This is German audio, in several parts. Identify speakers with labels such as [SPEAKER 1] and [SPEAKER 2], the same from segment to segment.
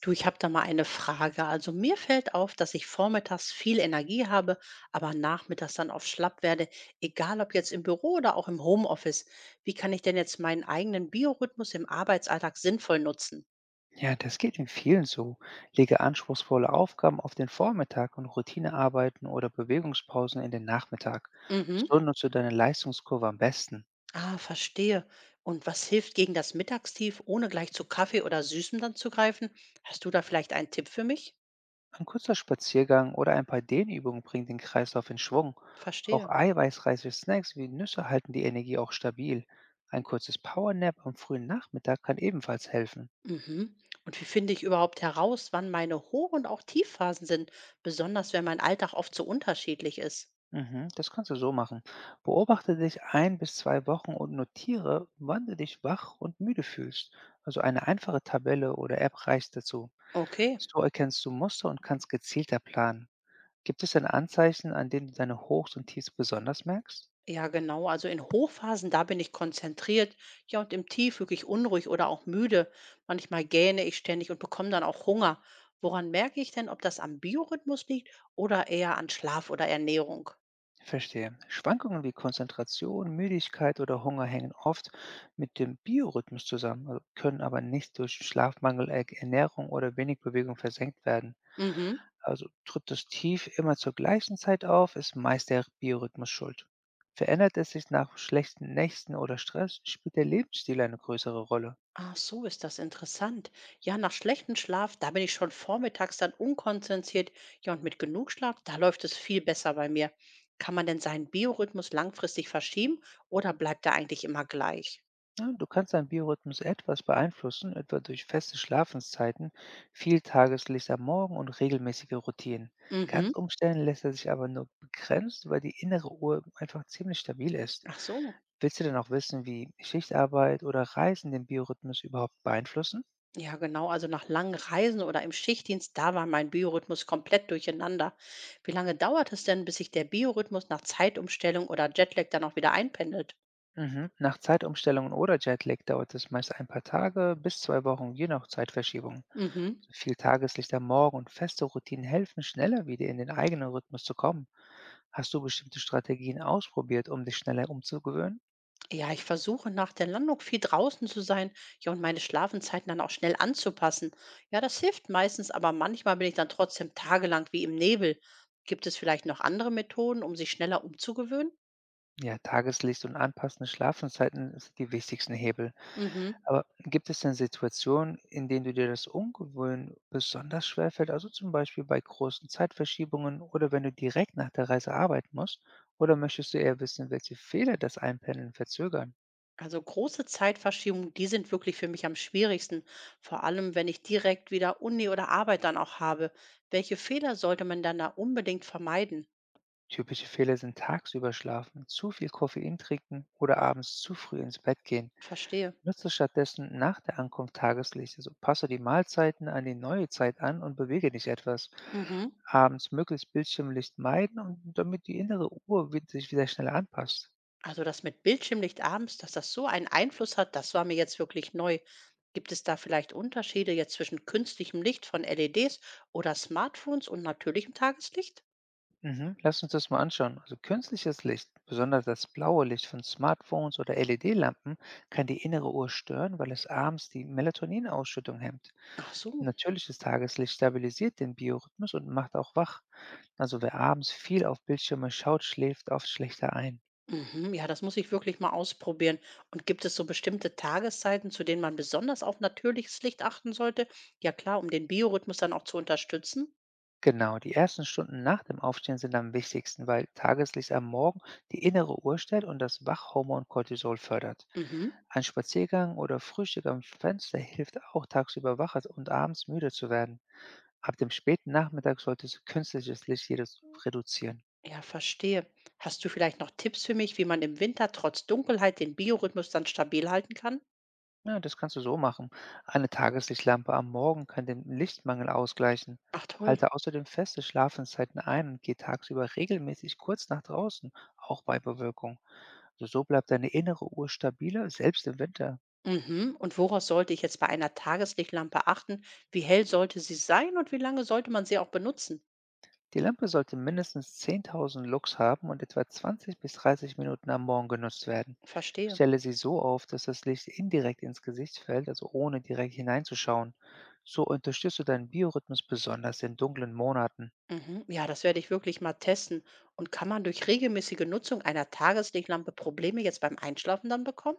[SPEAKER 1] Du, ich habe da mal eine Frage. Also mir fällt auf, dass ich vormittags viel Energie habe, aber nachmittags dann oft schlapp werde, egal ob jetzt im Büro oder auch im Homeoffice. Wie kann ich denn jetzt meinen eigenen Biorhythmus im Arbeitsalltag sinnvoll nutzen?
[SPEAKER 2] Ja, das geht in vielen so. Lege anspruchsvolle Aufgaben auf den Vormittag und Routinearbeiten oder Bewegungspausen in den Nachmittag.
[SPEAKER 1] Mhm.
[SPEAKER 2] So nutzt du deine Leistungskurve am besten.
[SPEAKER 1] Ah, verstehe. Und was hilft gegen das Mittagstief, ohne gleich zu Kaffee oder Süßem dann zu greifen? Hast du da vielleicht einen Tipp für mich?
[SPEAKER 2] Ein kurzer Spaziergang oder ein paar Dehnübungen bringt den Kreislauf in Schwung. Auch
[SPEAKER 1] Verstehe.
[SPEAKER 2] eiweißreiche Snacks wie Nüsse halten die Energie auch stabil. Ein kurzes Powernap am frühen Nachmittag kann ebenfalls helfen.
[SPEAKER 1] Mhm. Und wie finde ich überhaupt heraus, wann meine Hoch- und auch Tiefphasen sind, besonders wenn mein Alltag oft so unterschiedlich ist?
[SPEAKER 2] Mhm, das kannst du so machen. Beobachte dich ein bis zwei Wochen und notiere, wann du dich wach und müde fühlst. Also eine einfache Tabelle oder App reicht dazu.
[SPEAKER 1] Okay,
[SPEAKER 2] So erkennst du Muster und kannst gezielter planen. Gibt es denn Anzeichen, an denen du deine Hochs und Tiefs besonders merkst?
[SPEAKER 1] ja genau. Also in Hochphasen, da bin ich konzentriert. Ja, und im Tief wirklich unruhig oder auch müde. Manchmal gähne ich ständig und bekomme dann auch Hunger. Woran merke ich denn, ob das am Biorhythmus liegt oder eher an Schlaf oder Ernährung?
[SPEAKER 2] Verstehe. Schwankungen wie Konzentration, Müdigkeit oder Hunger hängen oft mit dem Biorhythmus zusammen, also können aber nicht durch Schlafmangel, Ernährung oder wenig Bewegung versenkt werden.
[SPEAKER 1] Mhm.
[SPEAKER 2] Also tritt das Tief immer zur gleichen Zeit auf, ist meist der Biorhythmus schuld. Verändert es sich nach schlechten Nächten oder Stress, spielt der Lebensstil eine größere Rolle.
[SPEAKER 1] Ach so, ist das interessant. Ja, nach schlechtem Schlaf, da bin ich schon vormittags dann unkonzentriert. Ja, und mit genug Schlaf, da läuft es viel besser bei mir. Kann man denn seinen Biorhythmus langfristig verschieben oder bleibt er eigentlich immer gleich?
[SPEAKER 2] Ja, du kannst deinen Biorhythmus etwas beeinflussen, etwa durch feste Schlafenszeiten, viel Tageslicht am Morgen und regelmäßige Routinen.
[SPEAKER 1] Mhm.
[SPEAKER 2] Ganz umstellen lässt er sich aber nur begrenzt, weil die innere Uhr einfach ziemlich stabil ist.
[SPEAKER 1] Ach so.
[SPEAKER 2] Willst du denn auch wissen, wie Schichtarbeit oder Reisen den Biorhythmus überhaupt beeinflussen?
[SPEAKER 1] Ja, genau. Also nach langen Reisen oder im Schichtdienst, da war mein Biorhythmus komplett durcheinander. Wie lange dauert es denn, bis sich der Biorhythmus nach Zeitumstellung oder Jetlag dann auch wieder einpendelt?
[SPEAKER 2] Mhm. Nach Zeitumstellungen oder Jetlag dauert es meist ein paar Tage bis zwei Wochen, je nach Zeitverschiebung.
[SPEAKER 1] Mhm.
[SPEAKER 2] So viel Tageslicht am Morgen und feste Routinen helfen, schneller wieder in den eigenen Rhythmus zu kommen. Hast du bestimmte Strategien ausprobiert, um dich schneller umzugewöhnen?
[SPEAKER 1] Ja, ich versuche nach der Landung viel draußen zu sein, ja, und meine Schlafenzeiten dann auch schnell anzupassen. Ja, das hilft meistens, aber manchmal bin ich dann trotzdem tagelang wie im Nebel. Gibt es vielleicht noch andere Methoden, um sich schneller umzugewöhnen?
[SPEAKER 2] Ja, Tageslicht und anpassende Schlafenszeiten sind die wichtigsten Hebel.
[SPEAKER 1] Mhm.
[SPEAKER 2] Aber gibt es denn Situationen, in denen du dir das Umgewöhnen besonders schwerfällt? Also zum Beispiel bei großen Zeitverschiebungen oder wenn du direkt nach der Reise arbeiten musst? Oder möchtest du eher wissen, welche Fehler das Einpendeln verzögern?
[SPEAKER 1] Also große Zeitverschiebungen, die sind wirklich für mich am schwierigsten. Vor allem, wenn ich direkt wieder Uni oder Arbeit dann auch habe. Welche Fehler sollte man dann da unbedingt vermeiden?
[SPEAKER 2] Typische Fehler sind tagsüber schlafen, zu viel Koffein trinken oder abends zu früh ins Bett gehen.
[SPEAKER 1] Verstehe.
[SPEAKER 2] Nutze stattdessen nach der Ankunft Tageslicht. Also passe die Mahlzeiten an die neue Zeit an und bewege dich etwas.
[SPEAKER 1] Mhm.
[SPEAKER 2] Abends möglichst Bildschirmlicht meiden, und damit die innere Uhr sich wieder schneller anpasst.
[SPEAKER 1] Also das mit Bildschirmlicht abends, dass das so einen Einfluss hat, das war mir jetzt wirklich neu. Gibt es da vielleicht Unterschiede jetzt zwischen künstlichem Licht von LEDs oder Smartphones und natürlichem Tageslicht?
[SPEAKER 2] Mhm. Lass uns das mal anschauen. Also künstliches Licht, besonders das blaue Licht von Smartphones oder LED-Lampen, kann die innere Uhr stören, weil es abends die Melatoninausschüttung hemmt.
[SPEAKER 1] Ach so.
[SPEAKER 2] Natürliches Tageslicht stabilisiert den Biorhythmus und macht auch wach. Also wer abends viel auf Bildschirme schaut, schläft oft schlechter ein.
[SPEAKER 1] Mhm, ja, das muss ich wirklich mal ausprobieren. Und gibt es so bestimmte Tageszeiten, zu denen man besonders auf natürliches Licht achten sollte? Ja klar, um den Biorhythmus dann auch zu unterstützen.
[SPEAKER 2] Genau, die ersten Stunden nach dem Aufstehen sind am wichtigsten, weil Tageslicht am Morgen die innere Uhr stellt und das Wachhormon Cortisol fördert.
[SPEAKER 1] Mhm.
[SPEAKER 2] Ein Spaziergang oder Frühstück am Fenster hilft auch, tagsüber wach und abends müde zu werden. Ab dem späten Nachmittag solltest du künstliches Licht jedes reduzieren.
[SPEAKER 1] Ja, verstehe. Hast du vielleicht noch Tipps für mich, wie man im Winter trotz Dunkelheit den Biorhythmus dann stabil halten kann?
[SPEAKER 2] Ja, das kannst du so machen. Eine Tageslichtlampe am Morgen kann den Lichtmangel ausgleichen.
[SPEAKER 1] Ach toll.
[SPEAKER 2] Halte außerdem feste Schlafenszeiten ein und geh tagsüber regelmäßig kurz nach draußen, auch bei Bewölkung. Also, so bleibt deine innere Uhr stabiler, selbst im Winter.
[SPEAKER 1] Mhm. Und woraus sollte ich jetzt bei einer Tageslichtlampe achten? Wie hell sollte sie sein und wie lange sollte man sie auch benutzen?
[SPEAKER 2] Die Lampe sollte mindestens 10.000 Lux haben und etwa 20 bis 30 Minuten am Morgen genutzt werden.
[SPEAKER 1] Verstehe.
[SPEAKER 2] Stelle sie so auf, dass das Licht indirekt ins Gesicht fällt, also ohne direkt hineinzuschauen. So unterstützt du deinen Biorhythmus besonders in dunklen Monaten.
[SPEAKER 1] Mhm. Ja, das werde ich wirklich mal testen. Und kann man durch regelmäßige Nutzung einer Tageslichtlampe Probleme jetzt beim Einschlafen dann bekommen?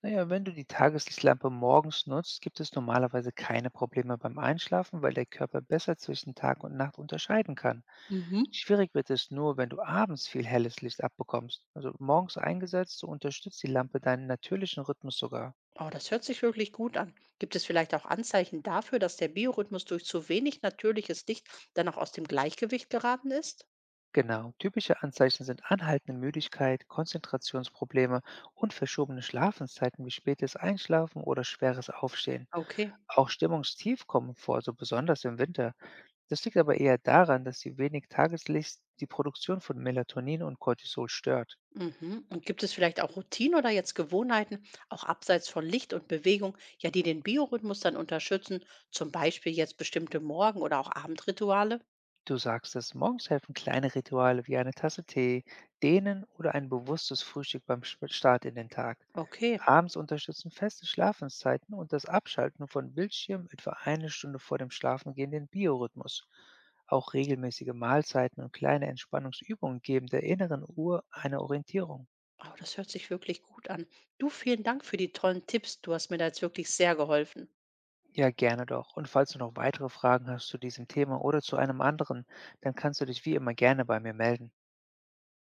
[SPEAKER 2] Naja, wenn du die Tageslichtlampe morgens nutzt, gibt es normalerweise keine Probleme beim Einschlafen, weil der Körper besser zwischen Tag und Nacht unterscheiden kann.
[SPEAKER 1] Mhm.
[SPEAKER 2] Schwierig wird es nur, wenn du abends viel helles Licht abbekommst. Also morgens eingesetzt, so unterstützt die Lampe deinen natürlichen Rhythmus sogar.
[SPEAKER 1] Oh, das hört sich wirklich gut an. Gibt es vielleicht auch Anzeichen dafür, dass der Biorhythmus durch zu wenig natürliches Licht dann auch aus dem Gleichgewicht geraten ist?
[SPEAKER 2] Genau, typische Anzeichen sind anhaltende Müdigkeit, Konzentrationsprobleme und verschobene Schlafenszeiten wie spätes Einschlafen oder schweres Aufstehen.
[SPEAKER 1] Okay.
[SPEAKER 2] Auch Stimmungstief kommen vor, so besonders im Winter. Das liegt aber eher daran, dass die wenig Tageslicht die Produktion von Melatonin und Cortisol stört.
[SPEAKER 1] Mhm. Und gibt es vielleicht auch Routinen oder jetzt Gewohnheiten, auch abseits von Licht und Bewegung, ja, die den Biorhythmus dann unterstützen, zum Beispiel jetzt bestimmte Morgen- oder auch Abendrituale?
[SPEAKER 2] Du sagst es, morgens helfen kleine Rituale wie eine Tasse Tee, Dehnen oder ein bewusstes Frühstück beim Start in den Tag.
[SPEAKER 1] Okay.
[SPEAKER 2] Abends unterstützen feste Schlafenszeiten und das Abschalten von Bildschirmen etwa eine Stunde vor dem Schlafengehen den Biorhythmus. Auch regelmäßige Mahlzeiten und kleine Entspannungsübungen geben der inneren Uhr eine Orientierung.
[SPEAKER 1] Oh, das hört sich wirklich gut an. Du, vielen Dank für die tollen Tipps. Du hast mir da jetzt wirklich sehr geholfen.
[SPEAKER 2] Ja, gerne doch. Und falls du noch weitere Fragen hast zu diesem Thema oder zu einem anderen, dann kannst du dich wie immer gerne bei mir melden.